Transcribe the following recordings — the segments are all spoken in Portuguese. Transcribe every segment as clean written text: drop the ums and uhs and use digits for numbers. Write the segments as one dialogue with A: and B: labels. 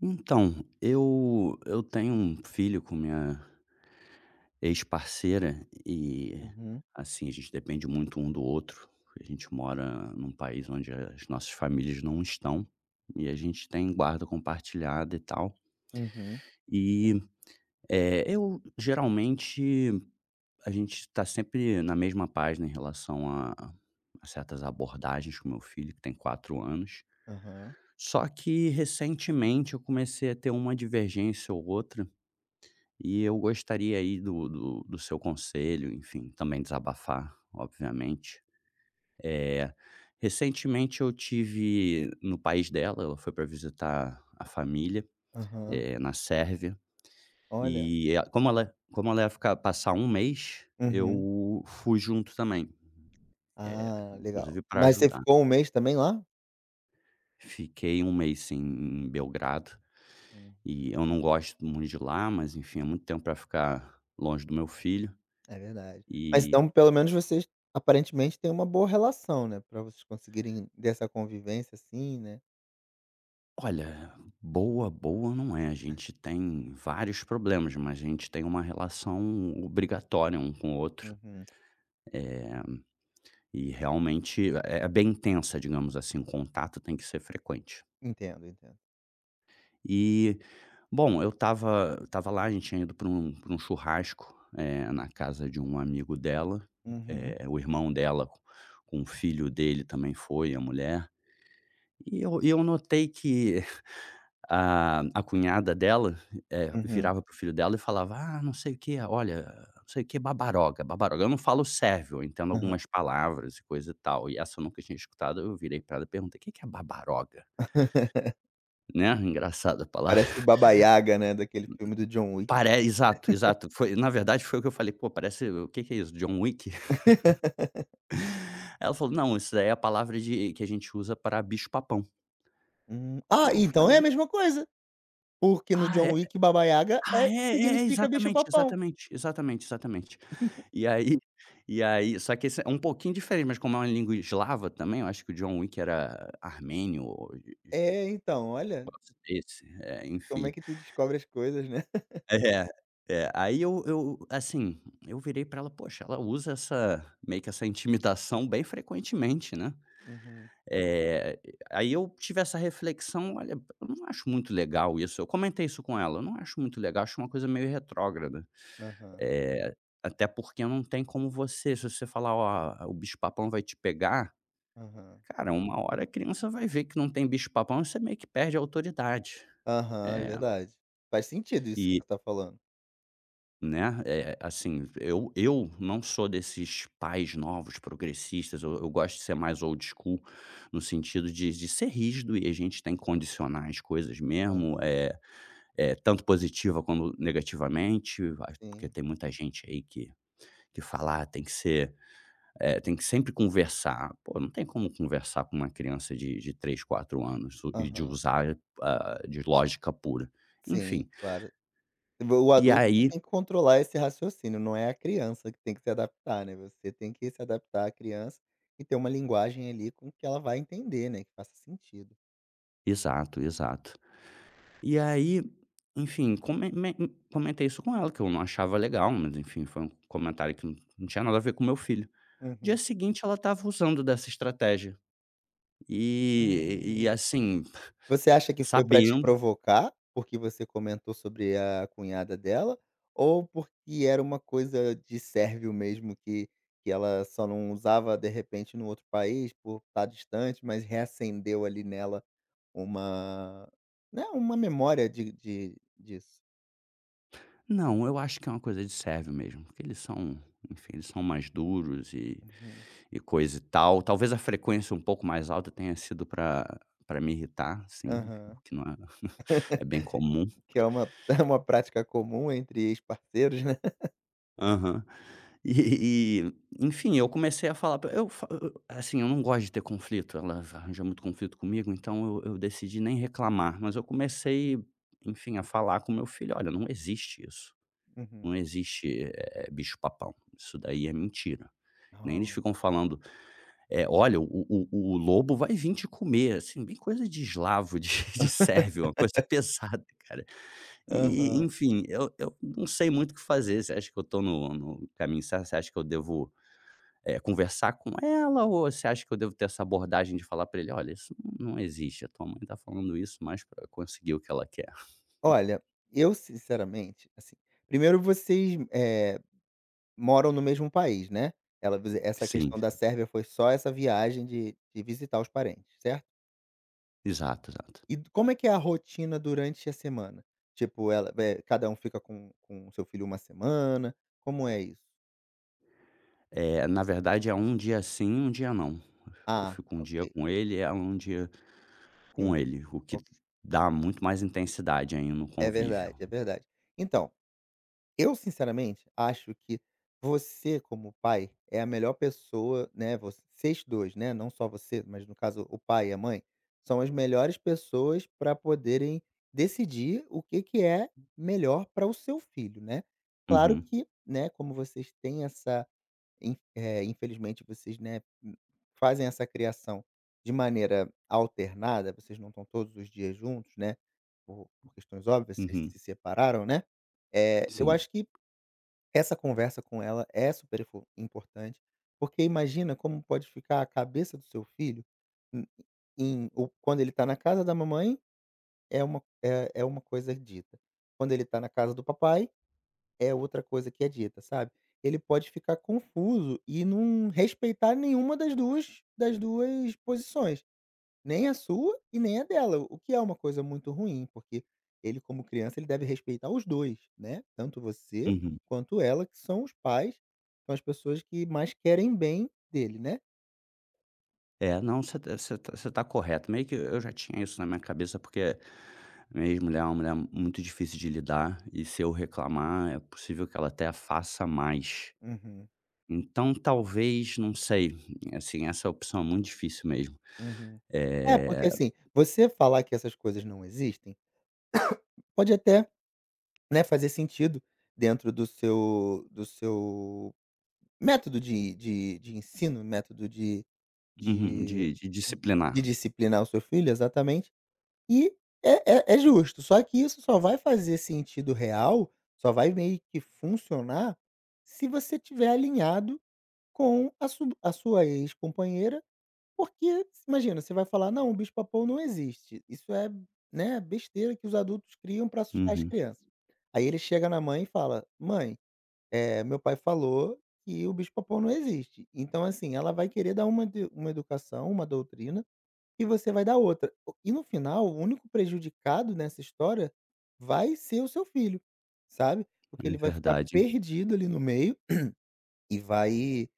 A: Então, eu tenho um filho com minha ex-parceira e,
B: Uhum,
A: assim, a gente depende muito um do outro. A gente mora num país onde as nossas famílias não estão e a gente tem guarda compartilhada e tal.
B: uhum,
A: E, eu geralmente a gente está sempre na mesma página em relação a certas abordagens com meu filho, que tem 4 anos.
B: aham,
A: Só que recentemente eu comecei a ter uma divergência ou outra. E eu gostaria aí do seu conselho, enfim, também desabafar, obviamente. Eh, Recentemente eu tive no país dela, ela foi para visitar a família,
B: aham.
A: na Sérvia,
B: Olha,
A: e a como ela ia ficar passar um mês,
B: uhum.
A: eu fui junto também,
B: Ah, legal.
A: inclusive para
B: Mas você
A: ajudar.
B: ficou um mês também lá?
A: Fiquei um mês sim, em Belgrado,
B: Hum,
A: e eu não gosto muito de lá, mas enfim, é muito tempo para ficar longe do meu filho,
B: é verdade. Mas
A: e
B: então pelo menos vocês aparentemente têm uma boa relação, né, pra vocês conseguirem dessa convivência assim, né.
A: Olha, boa, boa não é. A gente tem vários problemas, mas a gente tem uma relação obrigatória um com o outro.
B: Uhum.
A: E realmente é bem intensa, digamos assim, o contato tem que ser frequente.
B: Entendo, entendo.
A: E, bom, eu estava lá, a gente tinha ido para um churrasco, na casa de um amigo dela,
B: Uhum,
A: o irmão dela, com o filho dele também foi, a mulher. E eu notei que a cunhada dela,
B: uhum,
A: virava pro filho dela e falava: "Ah, não sei o que, olha, não sei o que, babaroga, babaroga". Eu não falo sérvio, eu entendo
B: aham.
A: algumas palavras e coisa e tal, e essa eu nunca tinha escutado, eu virei pra ela e perguntei: "O "Que que é babaroga?", né, engraçada a
B: Parece o
A: palavra.
B: Baba Yaga, né, daquele filme do John Wick.
A: Parece, exato, exato, foi na verdade foi o que eu falei: "Pô, parece o que que é isso, John Wick?". Ela falou: "Não, isso daí é a palavra de que a gente usa para bicho papão".
B: Hum. Ah,
A: Eu
B: então é a
A: falei:
B: mesma coisa, porque no
A: "Ah,
B: John
A: é?".
B: Wick Baba Yaga
A: Ah,
B: é
A: é, é, é,
B: significa bicho
A: exatamente,
B: papão.
A: exatamente, exatamente, exatamente. E aí só que esse é um pouquinho diferente, mas como é uma língua eslava também, eu acho que o John Wick era armênio ou um
B: É, então, olha.
A: negócio desse, é,
B: Como é
A: enfim.
B: que tu descobre as coisas, né?
A: É, é, aí eu assim, eu virei pra ela: "Poxa, ela usa essa meio que essa intimidação bem frequentemente, né".
B: Uhum.
A: Eh, Aí eu tive essa reflexão: "Olha, eu não acho muito legal isso". Eu comentei isso com ela: "Eu não acho muito legal, acho uma coisa meio retrógrada".
B: Aham.
A: Eh, Até porque não tem como você se você falar: "Ó, o bicho-papão vai te pegar",
B: Aham.
A: cara, uma hora a criança vai ver que não tem bicho-papão e você meio que perde a autoridade.
B: Aham, é
A: Eh,
B: verdade. Faz sentido isso que
A: e,
B: você tá falando.
A: né, assim, eu não sou desses pais novos progressistas, eu gosto de ser mais old school, no sentido de ser rígido e a gente tem que condicionar as coisas mesmo,
B: Aham.
A: é tanto positiva quanto negativamente, vai porque
B: Sim.
A: tem muita gente aí que fala: "Ah, tem que ser". É, tem que sempre conversar. Pô, não tem como conversar com uma criança de 3, 4 anos su e de
B: Aham.
A: usar, ah, de lógica pura.
B: Sim,
A: Enfim,
B: claro. O
A: e
B: adulto que
A: aí
B: tem que controlar esse raciocínio, não é a criança que tem que se adaptar, né. Você tem que se adaptar à criança e ter uma linguagem ali com que ela vai entender, né, que faça sentido.
A: exato, exato. E aí, enfim, comentei isso com ela, que eu não achava legal, mas enfim, foi um comentário que não tinha nada a ver com o meu filho. Dia
B: Uhum.
A: seguinte ela estava usando dessa estratégia, e
B: Hum.
A: assim,
B: Você acha que foi pra te
A: sabendo
B: provocar, porque você comentou sobre a cunhada dela, ou porque era uma coisa de sérvio mesmo que ela só não usava, de repente, no outro país por estar distante, mas reacendeu ali nela uma, né, uma memória de disso?
A: não, eu acho que é uma coisa de sérvio mesmo, porque eles são, enfim, eles são mais duros e
B: Uhum.
A: E coisa e tal. Talvez a frequência um pouco mais alta tenha sido para me irritar, sim, o
B: Aham.
A: que não é é bem comum.
B: Que é uma é uma prática comum entre ex-parceiros, né?
A: Aham. E e, enfim, eu comecei a falar pra eu assim, eu não gosto de ter conflito, ela arranja muito conflito comigo, então eu decidi nem reclamar, mas eu comecei, enfim, a falar com meu filho: "Olha, não existe isso,
B: Uhum.
A: não existe, bicho papão, isso daí é mentira". Nem eles
B: Oh.
A: ficam falando. É, olha, o o lobo vai vir te comer, assim, bem coisa de eslavo, de de sérvio, uma coisa pesada, cara. E,
B: Aham.
A: enfim, eu não sei muito o que fazer. Você acha que eu estou no caminho certo? Você acha que eu devo, conversar com ela ou você acha que eu devo ter essa abordagem de falar pra ele: "Olha, isso não existe, a tua mãe tá falando isso mais pra conseguir o que ela quer"?
B: Olha, eu sinceramente, assim, primeiro vocês, moram no mesmo país, né. Ela visi essa
A: Sim,
B: questão da
A: sim.
B: Sérvia foi só essa viagem de visitar os parentes, certo?
A: Exato, exato.
B: E d como é que é a rotina durante a semana? Tipo, cada um fica com o seu filho uma semana, como é isso?
A: Na verdade é um dia sim, um dia não. Eu
B: Ah,
A: fico um dia
B: ok.
A: com ele, é um dia
B: E
A: com
B: um
A: ele, o que
B: o-
A: dá muito mais intensidade ainda no
B: é
A: convívio.
B: verdade, é verdade. Então eu sinceramente acho que você como pai é a melhor pessoa, né, vocês 2 né, não só você, mas no caso o pai e a mãe, são as melhores pessoas para poderem decidir o que que é melhor para o seu filho, né. Claro
A: Uhum,
B: que, né, como vocês têm essa infelizmente vocês, né, fazem essa criação de maneira alternada, vocês não estão todos os dias juntos, né, por questões óbvias, vocês
A: uhum,
B: se separaram, né. Eu
A: sim,
B: acho que essa conversa com ela é super info importante, porque imagina como pode ficar a cabeça do seu filho em em o quando ele está na casa da mamãe, é uma é é uma coisa dita, quando ele está na casa do papai, é outra coisa que é dita, sabe. Ele pode ficar confuso e não respeitar nenhuma das duas posições. Nem a sua e nem a dela, o que é uma coisa muito ruim, porque ele como criança, ele deve respeitar os 2 né, tanto você
A: uhum.
B: quanto ela, que são os pais, são as pessoas que mais querem bem dele, né.
A: É, não, você tá correto, meio que eu já tinha isso na minha cabeça, porque minha ex-mulher é uma mulher muito difícil de lidar e se eu reclamar, é possível que ela até faça mais.
B: Uhum,
A: Então talvez, não sei, assim, essa opção é muito difícil mesmo,
B: uhum. É, porque
A: eh
B: assim, você falar que essas coisas não existem, pode até, né, fazer sentido dentro do seu método de ensino, método
A: uhum,
B: de
A: de
B: de
A: disciplinar.
B: disciplinar o seu filho, exatamente, e é é justo, só que isso só vai fazer sentido real, só vai meio que funcionar, se você tiver alinhado com a sua ex-companheira, porque imagina, você vai falar: "Não, o bicho-papão não existe, isso é, né, besteira que os adultos criam para assustar as
A: Uhum,
B: crianças". Aí ele chega na mãe e fala: "Mãe, meu pai falou que o bicho-papão não existe". Então assim, ela vai querer dar uma educação, uma doutrina e você vai dar outra. O e no final, o único prejudicado nessa história vai ser o seu filho, sabe.
A: é
B: Porque ele vai ficar
A: verdade.
B: perdido ali no meio e vai,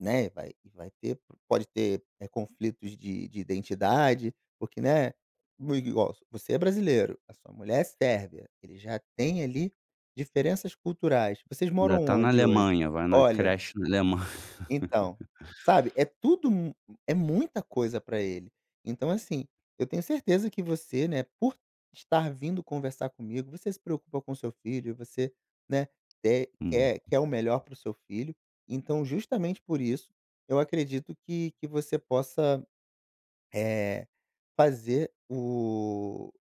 B: né, vai e vai ter pode ter, conflitos de identidade, porque, né, igual você é brasileiro, a sua mulher é sérvia, ele já tem ali diferenças culturais. Vocês
A: Ainda
B: moram
A: tá na
B: onde hoje?
A: Alemanha, vai na
B: Olha
A: creche na Alemanha.
B: então, sabe, é tudo mu é muita coisa pra ele. Então, assim, eu tenho certeza que você, né, por estar vindo conversar comigo, você se preocupa com seu filho, você, né, te quer quer o melhor para o seu filho. Então, justamente por isso, eu acredito que você possa eh, fazer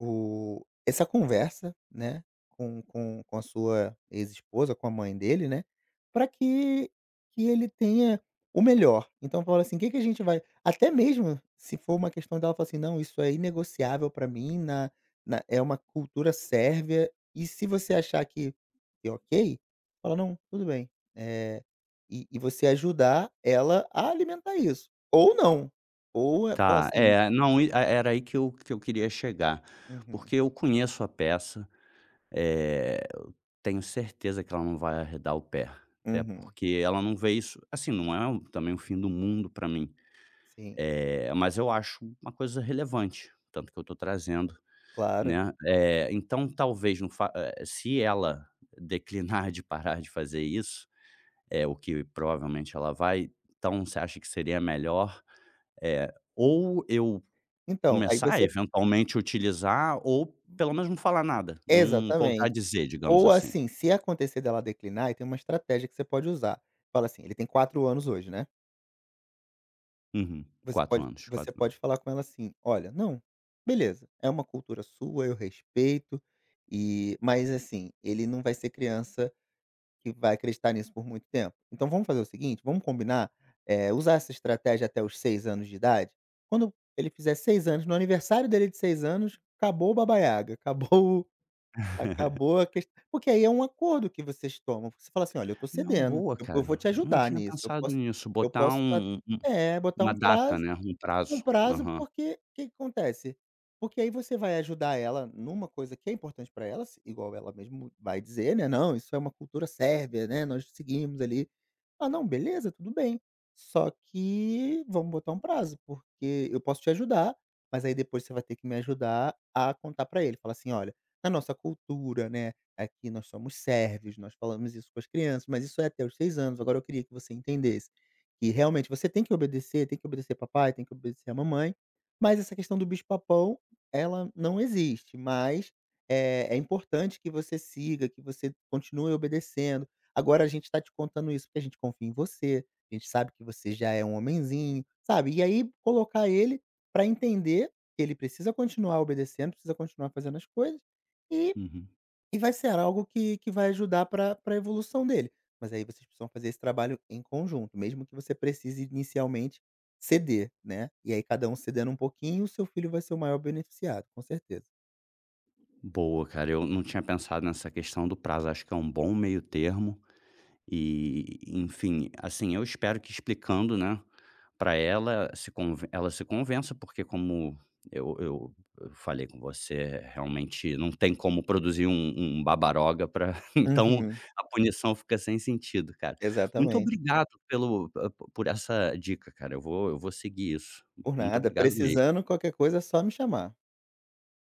B: o essa conversa, né, com a sua ex-esposa, com a mãe dele, né, para que ele tenha o melhor. Então fala assim: o "Que que a gente vai" até mesmo se for uma questão dela fala assim: "Não, isso é inegociável para mim na na é uma cultura sérvia", e se você achar que é ok, fala: "Não, tudo bem". Eh, e você ajudar ela a alimentar isso, ou não. Ou fala
A: Tá,
B: assim
A: é, não, e a era aí que eu queria chegar,
B: uhum,
A: porque eu conheço a peça, eh, tenho certeza que ela não vai arredar o pé, até
B: uhum,
A: porque ela não vê isso assim, não é um- também o fim do mundo para mim,
B: sim,
A: mas eu acho uma coisa relevante, tanto que eu estou trazendo,
B: claro.
A: né, então talvez se ela declinar de parar de fazer isso, é o que provavelmente ela vai, então você acha que seria melhor, ou eu
B: Então, aí
A: começar a
B: você
A: eventualmente utilizar ou pelo menos não falar nada, não
B: exatamente.
A: contradizer, digamos
B: Ou
A: assim.
B: assim, se acontecer dela declinar, aí tem uma estratégia que você pode usar. Fala assim, ele tem 4 anos hoje, né.
A: Uhum.
B: Você
A: 4
B: pode
A: anos,
B: você
A: 4
B: pode
A: anos.
B: falar com ela assim: "Olha, não, beleza, é uma cultura sua, eu respeito, mas assim, ele não vai ser criança que vai acreditar nisso por muito tempo. Então vamos fazer o seguinte, vamos combinar, usar essa estratégia até os 6 anos de idade. Quando ele fizer 6 anos, no aniversário dele de 6 anos, acabou o Baba Yaga, acabou o- acabou a ques porque aí é um acordo que vocês tomam, você fala assim: "Olha, eu tô
A: Não,
B: cedendo,
A: boa,
B: eu
A: cara.
B: eu vou te
A: Eu não
B: ajudar
A: tinha
B: nisso,
A: pensado nisso,
B: eu
A: botar
B: posso a" é, botar
A: uma
B: um
A: data,
B: prazo.
A: né, um
B: Um
A: prazo.
B: prazo,
A: Aham.
B: porque o que que acontece? Porque aí você vai ajudar ela numa coisa que é importante para ela, se igual ela mesmo vai dizer, né: "Não, isso é uma cultura sérvia, né, nós seguimos ali". Ah, não, beleza, tudo bem. Só que vamos botar um prazo, porque eu posso te ajudar, mas aí depois você vai ter que me ajudar a contar para ele, falar assim: "Olha, na nossa cultura, né, aqui nós somos sérvios, nós falamos isso com as crianças, mas isso é até os 6 anos, agora eu queria que você entendesse" que realmente você tem que obedecer papai, tem que obedecer a mamãe, mas essa questão do bicho-papão, ela não existe, mas é importante que você siga, que você continue obedecendo. Agora a gente está te contando isso porque a gente confia em você, a gente sabe que você já é um homenzinho, sabe, e aí colocar ele para entender que ele precisa continuar obedecendo, precisa continuar fazendo as coisas, e
A: Uhum.
B: e vai ser algo que vai ajudar para pra evolução dele. Mas aí vocês precisam fazer esse trabalho em conjunto, mesmo que você precise inicialmente ceder, né. E aí cada um cedendo um pouquinho, o seu filho vai ser o maior beneficiado, com certeza.
A: Boa, cara, eu não tinha pensado nessa questão do prazo, acho que é um bom meio termo e, enfim, assim, eu espero que explicando, né, para ela se conven ela se convença, porque como eu eu eu falei com você, realmente não tem como produzir um um babaroga pra então
B: Uhum,
A: a punição fica sem sentido, cara. Muito
B: exatamente.
A: obrigado pelo por essa dica, cara, eu vou seguir isso.
B: Por
A: Muito
B: nada,
A: obrigado mesmo.
B: precisando, qualquer coisa é só me chamar.